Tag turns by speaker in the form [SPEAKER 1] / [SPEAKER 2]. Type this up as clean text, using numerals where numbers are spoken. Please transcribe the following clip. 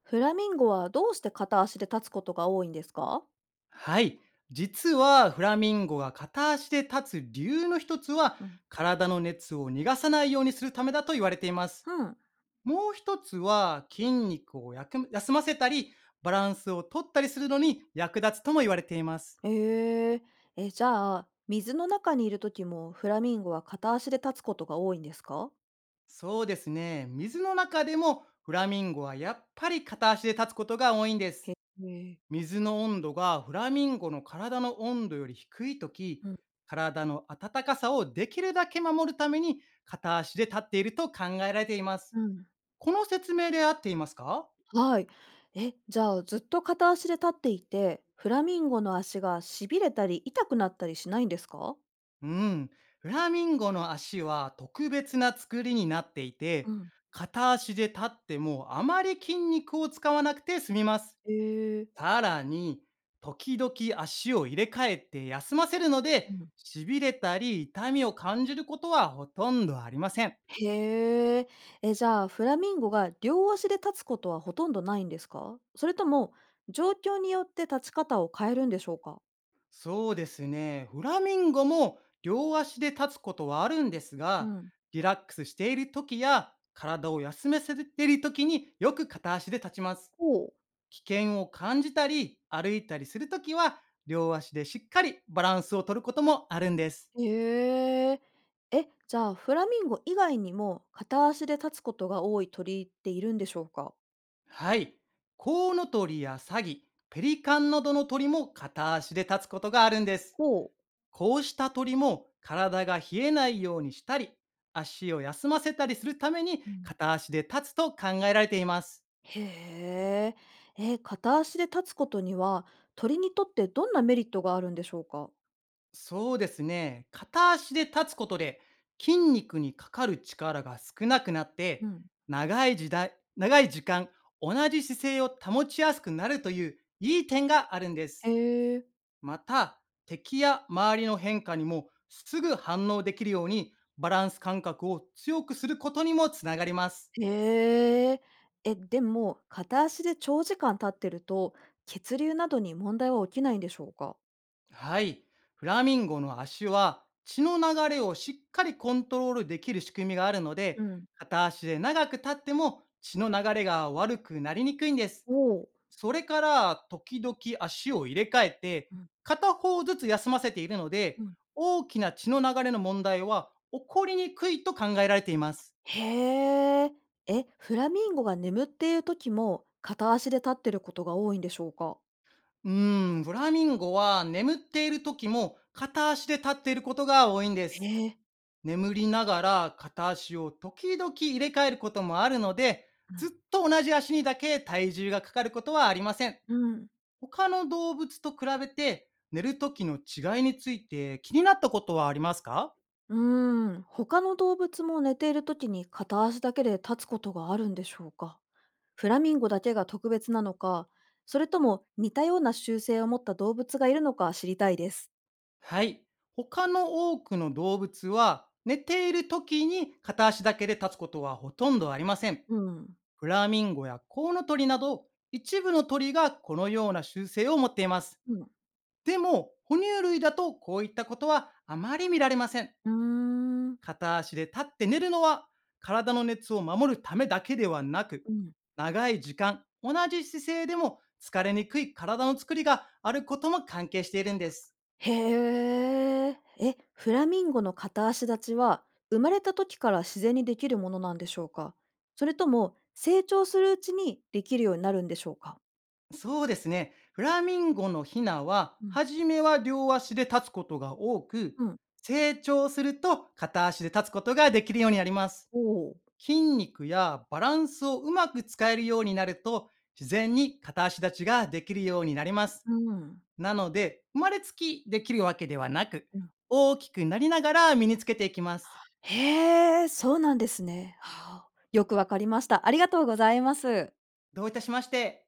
[SPEAKER 1] フラミンゴはどうして片足で立つことが多いんですか？
[SPEAKER 2] はい。実はフラミンゴが片足で立つ理由の一つは、
[SPEAKER 1] うん。
[SPEAKER 2] 体の熱を逃がさないようにするためだと言われています。
[SPEAKER 1] うん。
[SPEAKER 2] もう一つは、筋肉をやく休ませたり、バランスを取ったりするのに役立つとも言われています。
[SPEAKER 1] えー、じゃあ、水の中にいるときもフラミンゴは片足で立つことが多いんですか？
[SPEAKER 2] そうですね。水の中でもフラミンゴはやっぱり片足で立つことが多いんで
[SPEAKER 1] へ
[SPEAKER 2] す。
[SPEAKER 1] え。
[SPEAKER 2] 水の温度がフラミンゴの体の温度より低いとき、
[SPEAKER 1] うん。
[SPEAKER 2] 体の温かさをできるだけ守るために片足で立っていると考えられています。
[SPEAKER 1] うん。
[SPEAKER 2] この説明で合っていますか？
[SPEAKER 1] はい。え、じゃあ、ずっと片足で立っていて、フラミンゴの足がしびれたり痛くなったりしないんですか？
[SPEAKER 2] うん。フラミンゴの足は特別な作りになってい
[SPEAKER 1] う
[SPEAKER 2] て、
[SPEAKER 1] ん。
[SPEAKER 2] 片足で立ってもあまり筋肉を使わなくて済みます。
[SPEAKER 1] えー。
[SPEAKER 2] さらに、時々足を入れ替えて休ませるの
[SPEAKER 1] う
[SPEAKER 2] で、
[SPEAKER 1] ん、
[SPEAKER 2] 痺れたり痛みを感じることはほとんどありません。
[SPEAKER 1] へえ。え、じゃあ、フラミンゴが両足で立つことはほとんどないんですか？それとも、状況によって立ち方を変えるんでしょうか？
[SPEAKER 2] そうですね。フラミンゴも両足で立つことはあるんです
[SPEAKER 1] う
[SPEAKER 2] が、
[SPEAKER 1] ん。
[SPEAKER 2] リラックスしている時や体を休めせている時によく片足で立ちます。
[SPEAKER 1] ほう。
[SPEAKER 2] 危険を感じたり歩いたりする時は両足でしっかりバランスを取ることもあるんです。
[SPEAKER 1] へえ。え、じゃあ、フラミンゴ以外にも、片足で立つことが多い鳥っているんでしょうか？
[SPEAKER 2] はい。コウノトリやサギ、ペリカンなどの鳥も片足で立つことがあるんです。
[SPEAKER 1] ほう。
[SPEAKER 2] こうした鳥も体が冷えないようにしたり、足を休ませたりするために
[SPEAKER 1] うん。
[SPEAKER 2] 片足で立つと考えられています。
[SPEAKER 1] へえ。え、片足で立つことには、鳥にとってどんなメリットがあるんでしょうか？
[SPEAKER 2] そうですね。片足で立つことで筋肉にかかる力が少なくなっ
[SPEAKER 1] う
[SPEAKER 2] て、
[SPEAKER 1] ん。
[SPEAKER 2] 長い時代、長い時間、同じ姿勢を保ちやすくなるといういい点があるんで
[SPEAKER 1] へ
[SPEAKER 2] す。
[SPEAKER 1] え。
[SPEAKER 2] また、敵や周りの変化にもすぐ反応できるようにバランス感覚を強くすることにもつながります。
[SPEAKER 1] へえ。え、でも、片足で長時間立ってると、血流などに問題は起きないんでしょうか？
[SPEAKER 2] はい。フラミンゴの足は血の流れをしっかりコントロールできる仕組みがあるの
[SPEAKER 1] う
[SPEAKER 2] で、
[SPEAKER 1] ん。
[SPEAKER 2] 片足で長く立っても血の流れが悪くなりにくいんです。
[SPEAKER 1] おお。
[SPEAKER 2] それから、時々足を入れ替えて、
[SPEAKER 1] うん、
[SPEAKER 2] 片方ずつ休ませているの
[SPEAKER 1] う
[SPEAKER 2] で、
[SPEAKER 1] ん。
[SPEAKER 2] 大きな血の流れの問題は起こりにくいと考えられています。
[SPEAKER 1] へえ。え、フラミンゴが眠っている時も、片足で立ってることが多いんでしょうか？
[SPEAKER 2] うーん、フラミンゴは眠っている時も片足で立っていることが多いんで
[SPEAKER 1] へ
[SPEAKER 2] す。
[SPEAKER 1] え。
[SPEAKER 2] 眠りながら片足を時々入れ替えることもあるので、
[SPEAKER 1] う
[SPEAKER 2] ずっ
[SPEAKER 1] ん。
[SPEAKER 2] と同じ足にだけ体重がかかることはありません。
[SPEAKER 1] うん。
[SPEAKER 2] 他の動物と比べて寝る時の違いについて気になったことはありますか？
[SPEAKER 1] うーん。他の動物も寝ている時に片足だけで立つことがあるんでしょうか？フラミンゴだけが特別なのか、それとも似たような習性を持った動物がいるのか知りたいです。
[SPEAKER 2] はい。他の多くの動物は寝ている時に片足だけで立つことはほとんどありません。
[SPEAKER 1] うん。
[SPEAKER 2] フラミンゴやコウノトリなど一部の鳥がこのような習性を持っています。
[SPEAKER 1] うん。
[SPEAKER 2] でも、哺乳類だとこういったことはあまり見られません。
[SPEAKER 1] うーん。
[SPEAKER 2] 片足で立って寝るのは、体の熱を守るためだけではなく、
[SPEAKER 1] うん。
[SPEAKER 2] 長い時間、同じ姿勢でも疲れにくい体の作りがあることも関係しているんです。
[SPEAKER 1] へえ。え、フラミンゴの片足立ちは、生まれた時から自然にできるものなんでしょうか？それとも、成長するうちにできるようになるんでしょうか？
[SPEAKER 2] そうですね。フラミンゴのヒナは、
[SPEAKER 1] うん。
[SPEAKER 2] 初めは両足で立つことが多く、
[SPEAKER 1] うん。
[SPEAKER 2] 成長すると片足で立つことができるようになります。
[SPEAKER 1] おお。
[SPEAKER 2] 筋肉やバランスをうまく使えるようになると、自然に片足立ちができるようになります。
[SPEAKER 1] うん。
[SPEAKER 2] なので、生まれつきできるわけではなく、
[SPEAKER 1] うん。
[SPEAKER 2] 大きくなりながら身につけていきます。
[SPEAKER 1] へえ、そうなんですね。はあ。よくわかりました。ありがとうございます。
[SPEAKER 2] どういたしまして。